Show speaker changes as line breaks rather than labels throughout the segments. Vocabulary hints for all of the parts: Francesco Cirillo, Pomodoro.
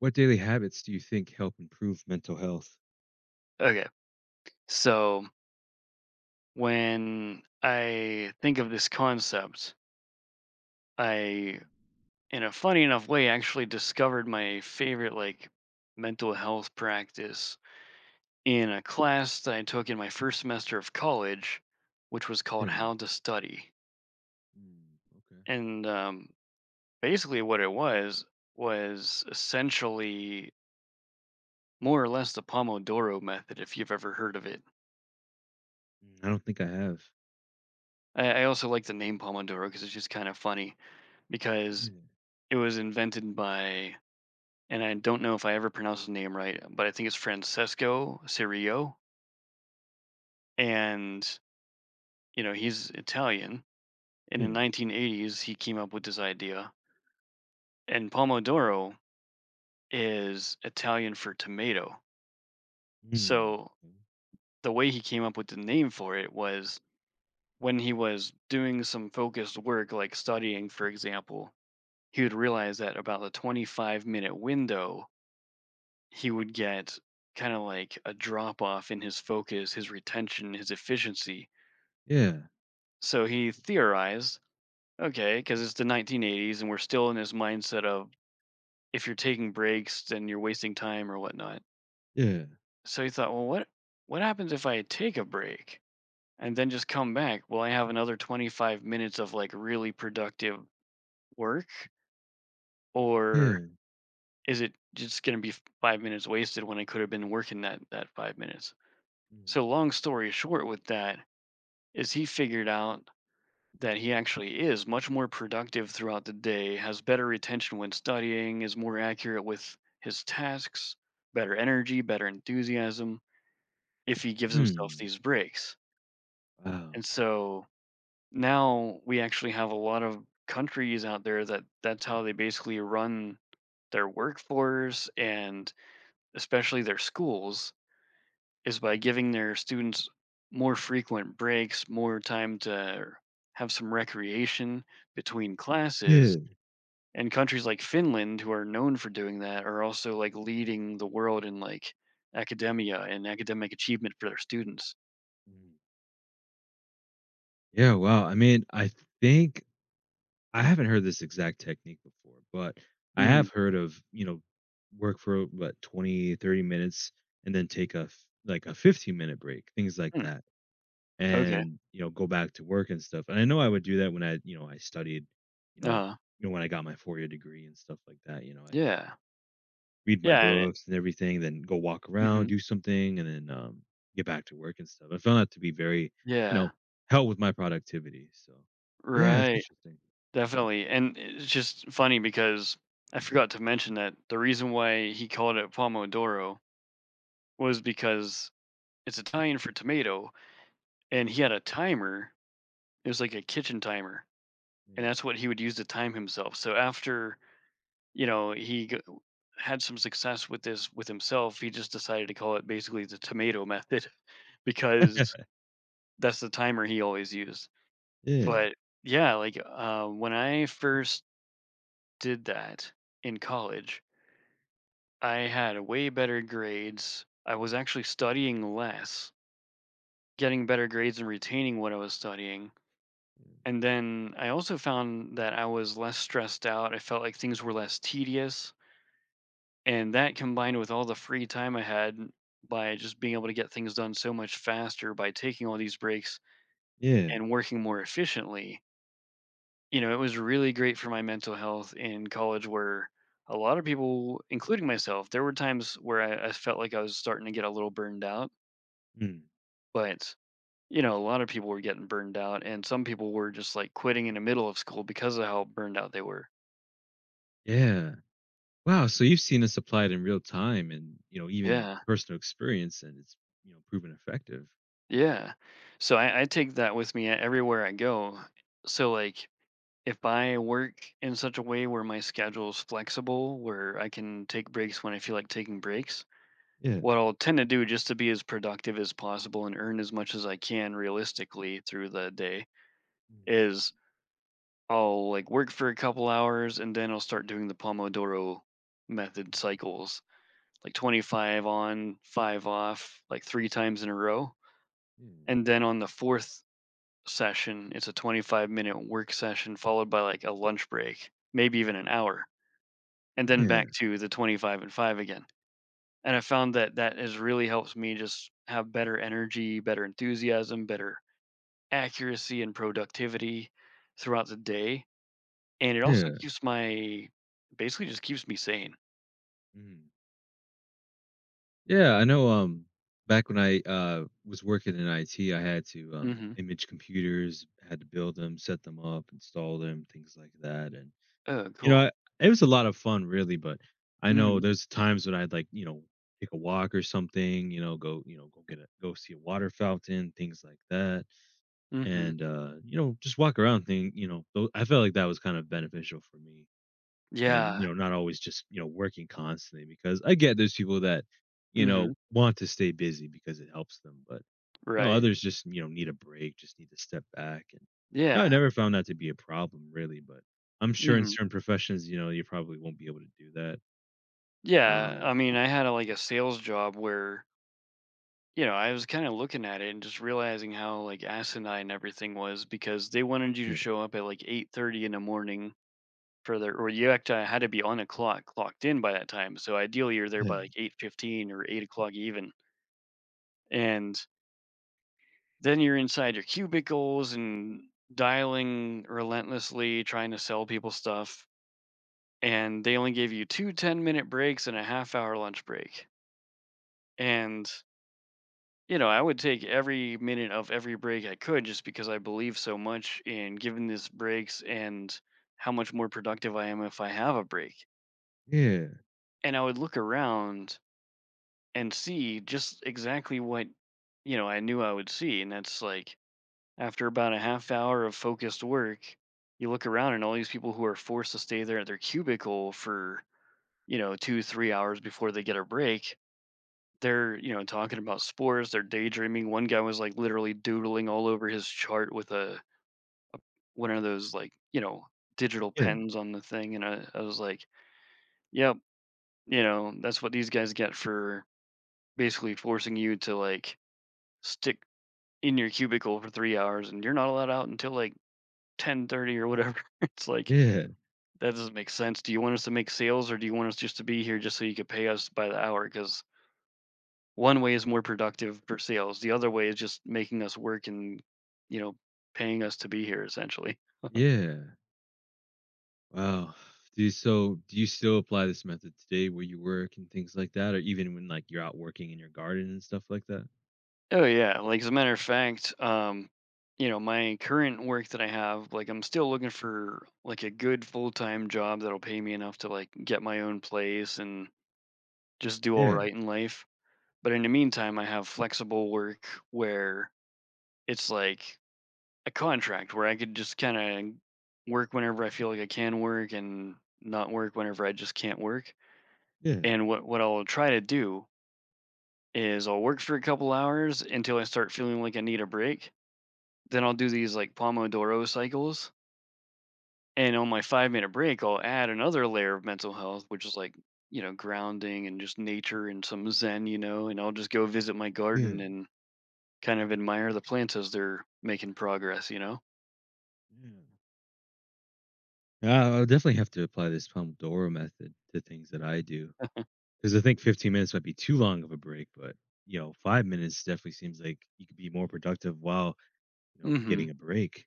What daily habits do you think help improve mental health?
Okay. So when I think of this concept, I,
Mhm.
in a funny enough way, actually discovered my favorite like mental health practice in a class that I took in my first semester of college, which was called
Yeah.
How to Study.
Mm, okay.
And basically, what it was essentially more or less the Pomodoro method, if you've ever heard of it.
Mm, I don't think I have.
I also like the name Pomodoro because it's just kind of funny because
Yeah,
it was invented by, and I don't know if I ever pronounced his name right, but I think it's Francesco Cirillo. And, you know, he's Italian. And in
yeah.
1980s, he came up with this idea. And Pomodoro is Italian for tomato.
Mm.
So
Mm.
the way he came up with the name for it was when he was doing some focused work, like studying, for example, he would realize that about the 25-minute window he would get kind of like a drop off in his focus, his retention, his efficiency.
Yeah.
So he theorized, okay, because it's the 1980s and we're still in this mindset of if you're taking breaks, then you're wasting time or whatnot.
Yeah.
So he thought, well, what happens if I take a break and then just come back? Will I have another 25 minutes of like really productive work, or
Yeah.
is it just going to be 5 minutes wasted when I could have been working that 5 minutes?
Mm.
So long story short, with that, is he figured out that he actually is much more productive throughout the day, has better retention when studying, is more accurate with his tasks, better energy, better enthusiasm if he gives himself
Mm.
these breaks.
Wow.
And so now we actually have a lot of countries out there that that's how they basically run their workforce and especially their schools is by giving their students more frequent breaks, more time to have some recreation between classes.
Yeah.
And countries like Finland, who are known for doing that, are also like leading the world in like academia and academic achievement for their students.
Mm. Yeah, wow. I mean, I think I haven't heard this exact technique before, but I have
Mhm.
heard of, work for what 20, 30 minutes and then take like a 15-minute break, things like
Hmm.
that.
Okay.
And go back to work and stuff. And I know I would do that when I studied. you know
uh
when I got my 4-year degree and stuff like that, I'd
Yeah.
read my
Yeah.
books and everything, then go walk around,
Mhm.
do something, and then get back to work and stuff. I found that to be very you know
Yeah.
help with my productivity, so yeah, it's
Right.
interesting.
Definitely. And it's just funny because I forgot to mention that the reason why he called it Pomodoro was because it's Italian for tomato, and he had a timer. It was like a kitchen timer, and
Yeah,
that's what he would use to time himself. So after he had some success with this with himself, he just decided to call it basically the tomato method because that's the timer he always used.
yeah,
But yeah, like when I first did that in college, I had way better grades. I was actually studying less, getting better grades, and retaining what I was studying. And then I also found that I was less stressed out. I felt like things were less tedious. And that combined with all the free time I had by just being able to get things done so much faster by taking all these breaks
yeah.
and working more efficiently, you know, it was really great for my mental health in college where a lot of people, including myself, there were times where I felt like I was starting to get a little burned out.
Mm,
But, you know, a lot of people were getting burned out and some people were just like quitting in the middle of school because of how burned out they were.
yeah. Wow. So you've seen this applied in real time, and even
Yeah.
personal experience, and it's proven effective.
Yeah. So I take that with me everywhere I go. So like if I work in such a way where my schedule is flexible, where I can take breaks when I feel like taking breaks,
Yeah.
what I'll tend to do just to be as productive as possible and earn as much as I can realistically through the day
Mm.
is I'll like work for a couple hours and then I'll start doing the Pomodoro method cycles, like 25 on, 5 off, like 3 times in a row
Mm.
and then on the fourth session. It's a 25-minute work session followed by like a lunch break, maybe even an hour, and then
Yeah,
back to the 25 and 5 again. And I found that that has really helped me just have better energy, better enthusiasm, better accuracy and productivity throughout the day. And it also
yeah.
keeps my basically just keeps me sane.
Mhm. Yeah, I know, back when I, was working in IT. I had to,
Mm-hmm.
image computers, had to build them, set them up, install them, things like that. And,
Oh,
you
cool.
know, I, it was a lot of fun, really. But I know
Mm-hmm.
there's times when I'd, like, take a walk or something, go you know, go get a go see a water fountain, things like that.
Mm-hmm.
And, just walk around, thing you know, tho I felt like that was kind of beneficial for me. And
Yeah.
not always just working constantly, because I get there's people that
Mm-hmm.
want to stay busy because it helps them. But
Right.
others just need a break, just need to step back. And I
Yeah.
never found that to be a problem, really. But I'm sure in
Mm-hmm.
certain professions you probably won't be able to do that.
Yeah. I
um
mean, I had like a sales job where, you know, I was kind of looking at it and just realizing how like asinine everything was because they wanted you to
yeah,
show up at like 8:30 in the morning for their, or you actually had to be on a clocked in by that time. So ideally, you're there by like
yeah,
8:15 or 8 o'clock even, and then you're inside your cubicles and dialing relentlessly, trying to sell people stuff. And they only gave you two 10-minute breaks and a half hour lunch break. And, you know, I would take every minute of every break I could just because I believe so much in giving these breaks and how much more productive I am if I have a break.
yeah,
And I would look around and see just exactly what, you know, I knew I would see. And that's like after about a half hour of focused work, you look around and all these people who are forced to stay there at their cubicle for, you know, two, 3 hours before they get a break. They're, you know, talking about spores, they're daydreaming. One guy was like literally doodling all over his chart with a one of those like, you know, digital
yeah,
pens on the thing, and I was like, "Yep, you know, that's what these guys get for basically forcing you to like stick in your cubicle for 3 hours, and you're not allowed out until like 10:30 or whatever." It's like
yeah,
that doesn't make sense. Do you want us to make sales, or do you want us just to be here just so you could pay us by the hour? Because one way is more productive for sales. The other way is just making us work and, you know, paying us to be here essentially.
yeah. Wow. So do you still apply this method today where you work and things like that? Or even when, like, you're out working in your garden and stuff like that?
Oh yeah, like as a matter of fact, you know, my current work that I have, like I'm still looking for like a good full-time job that'll pay me enough to like get my own place and just do all
Yeah,
right in life. But in the meantime, I have flexible work where it's like a contract where I could just kind of work whenever I feel like I can work and not work whenever I just can't work.
yeah,
And what I'll try to do is I'll work for a couple hours until I start feeling like I need a break. Then I'll do these like Pomodoro cycles. And on my 5 minute break, I'll add another layer of mental health, which is like, you know, grounding and just nature and some Zen, you know, and I'll just go visit my
yeah.
garden and kind of admire the plants as they're making progress, you know?
Yeah. I'll definitely have to apply this Pomodoro method to things that I do, because I think 15 minutes might be too long of a break. But 5 minutes definitely seems like you could be more productive while getting
Hmm.
a break.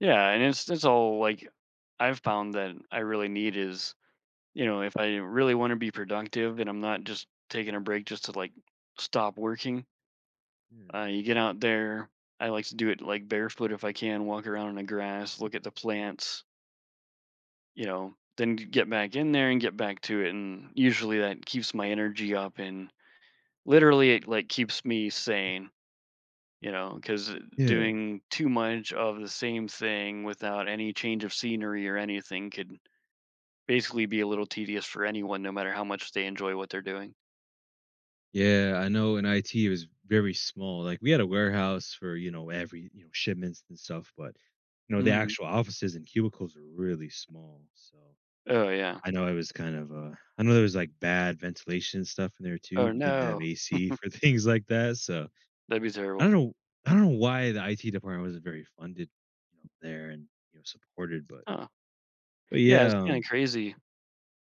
Yeah. And it's all like I've found that I really need is, you know, if I really want to be productive and I'm not just taking a break just to like stop working,
Yeah,
you get out there. I like to do it like barefoot if I can, walk around in the grass, look at the plants, you know, then get back in there and get back to it. And usually that keeps my energy up and literally it like keeps me sane, you know, because
yeah,
doing too much of the same thing without any change of scenery or anything could basically be a little tedious for anyone, no matter how much they enjoy what they're doing.
yeah. I know in IT it was very small. Like, we had a warehouse for every shipments and stuff, but the actual offices and cubicles were really small. So
Oh, yeah.
I know it was kind of I know there was like bad ventilation and stuff in there too.
Oh,
We didn't have
no.
AC for things like that. So
That'd be
I don't
terrible.
know I don't know why the IT department wasn't very funded, there, and, supported. But
Huh. Yeah, it's
yeah,
kinda crazy.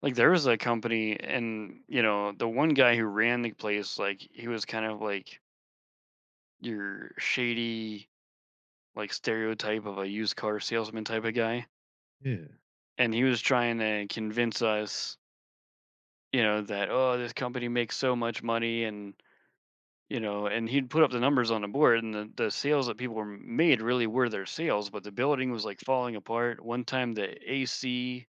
Like, there was a company and, you know, the one guy who ran the place, like, he was kind of like your shady, like, stereotype of a used car salesman type of guy,
yeah.
and he was trying to convince us, you know, that, "Oh, this company makes so much money," and, you know, and he'd put up the numbers on the board, and the sales that people were made really were their sales, but the building was, like, falling apart. One time, the AC,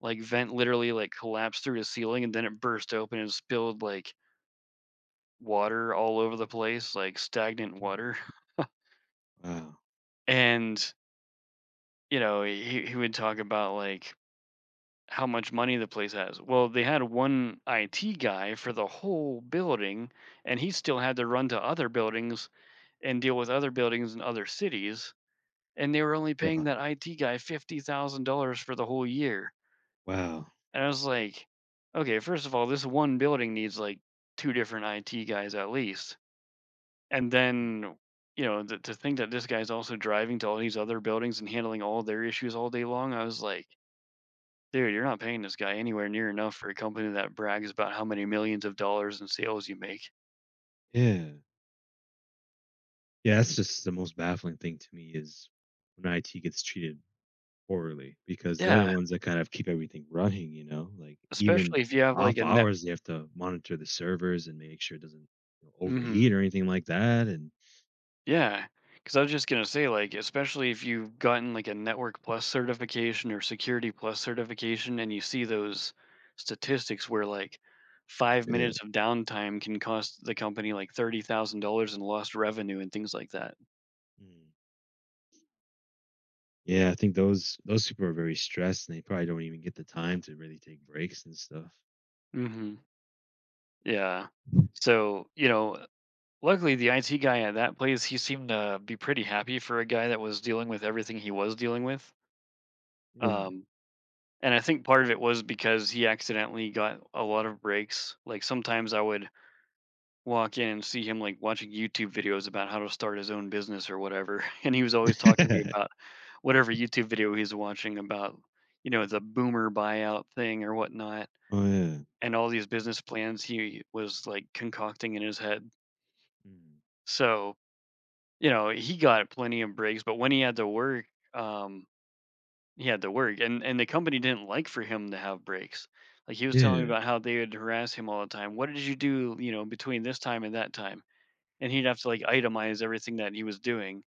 like, vent literally, like, collapsed through the ceiling, and then it burst open and spilled, like, water all over the place, like, stagnant
Yeah.
water.
Wow.
And, you know, he would talk about, like, how much money the place has. Well, they had one IT guy for the whole building, and he still had to run to other buildings and deal with other buildings in other cities, and they were only paying
Wow.
that IT guy $50,000 for the whole year.
Wow.
And I was like, okay, first of all, this one building needs like two different IT guys at least. And then, you know, to think that this guy's also driving to all these other buildings and handling all their issues all day long, I was like, dude, you're not paying this guy anywhere near enough for a company that brags about how many millions of dollars in sales you make.
Yeah. Yeah, that's just the most baffling thing to me, is when IT gets treated poorly, because they're the
Yeah,
ones that kind of keep everything running, you know? Like, even
especially if you have like
off
a net.
hours they have to monitor the servers and make sure it doesn't
Mm-hmm.
overheat or anything like that. And
Yeah, because I was just gonna say, like, especially if you've gotten like a Network Plus certification or Security Plus certification, and you see those statistics where like 5 minutes of downtime can cost the company like $30,000 in lost revenue and things like that.
yeah. Yeah, I think those people are very stressed, and they probably don't even get the time to really take breaks and stuff.
Hmm. Yeah. So, you know, luckily the IT guy at that place, he seemed to be pretty happy for a guy that was dealing with everything he was dealing with.
Yeah.
Um, And I think part of it was because he accidentally got a lot of breaks. Like sometimes I would walk in and see him like watching YouTube videos about how to start his own business or whatever. And he was always talking to me about whatever YouTube video he's watching about, you know, the boomer buyout thing or whatnot,
Oh yeah.
and all these business plans he was like concocting in his head.
Mm.
So, you know, he got plenty of breaks, but when he had to work, um, He had to work, and the company didn't like for him to have breaks. Like, he was telling me
Yeah.
about how they would harass him all the time. "What did you do, you know, between this time and that time?" And he'd have to, like, itemize everything that he was doing,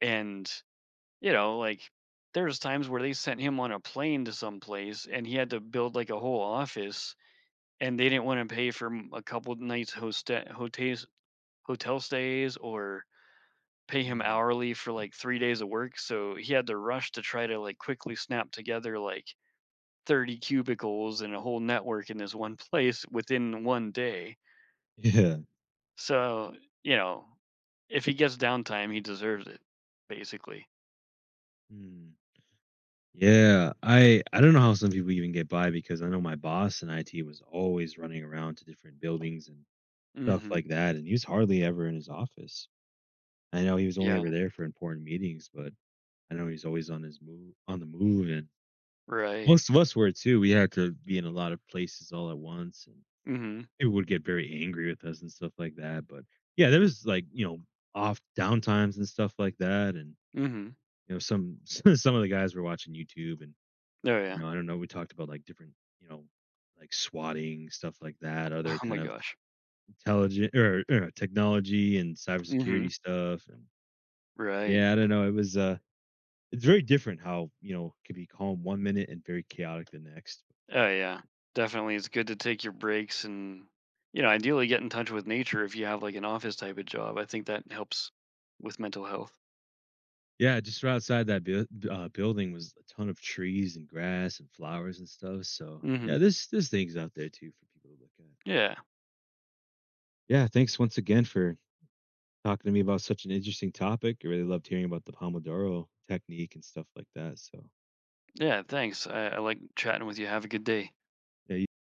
and, you know, like, there was times where they sent him on a plane to some place, and he had to build, like, a whole office, and they didn't wanna pay for m a couple of nights hoste hotes hotel stays or pay him
Mm.
hourly for, like, 3 days of work, so he had to rush to try to, like, quickly snap together, like 30 cubicles and a whole network in this one place within one day.
Yeah.
So, you know, if he gets downtime, he deserves it, basically.
Mm. Yeah. I don't know how some people even get by, because I know my boss in IT was always running around to different buildings and stuff
Mhm.
like that, and he was hardly ever in his office. I know he was only
Yeah,
ever there for important meetings, but I know he's always on the move, and
right.
most of us were too. We had to be in a lot of places all at once.
Mhm,
People would get very angry with us and stuff like that. But yeah, there was like off downtimes and stuff like that, and
mhm.
some some of the guys were watching YouTube. And
Oh, yeah.
I don't know, we talked about like different like swatting stuff like that,
Oh
other
my
kind of
gosh.
intelligent, or technology and
Mhm.
cybersecurity stuff. And
Right.
yeah, I don't know, it's very different how it could be calm one minute and very chaotic the next.
Oh, yeah. Definitely, it's good to take your breaks and, you know, ideally get in touch with nature if you have, like, an office type of job. I think that helps with mental health.
Yeah, just right outside that building was a ton of trees and grass and flowers and stuff. So
Mhm.
yeah, there's things out there too for people to look at.
Yeah.
Yeah, thanks once again for talking to me about such an interesting topic. I really loved hearing about the Pomodoro technique and stuff like that, so,
Yeah, thanks. I like chatting with you. Have a good day.
yeah, you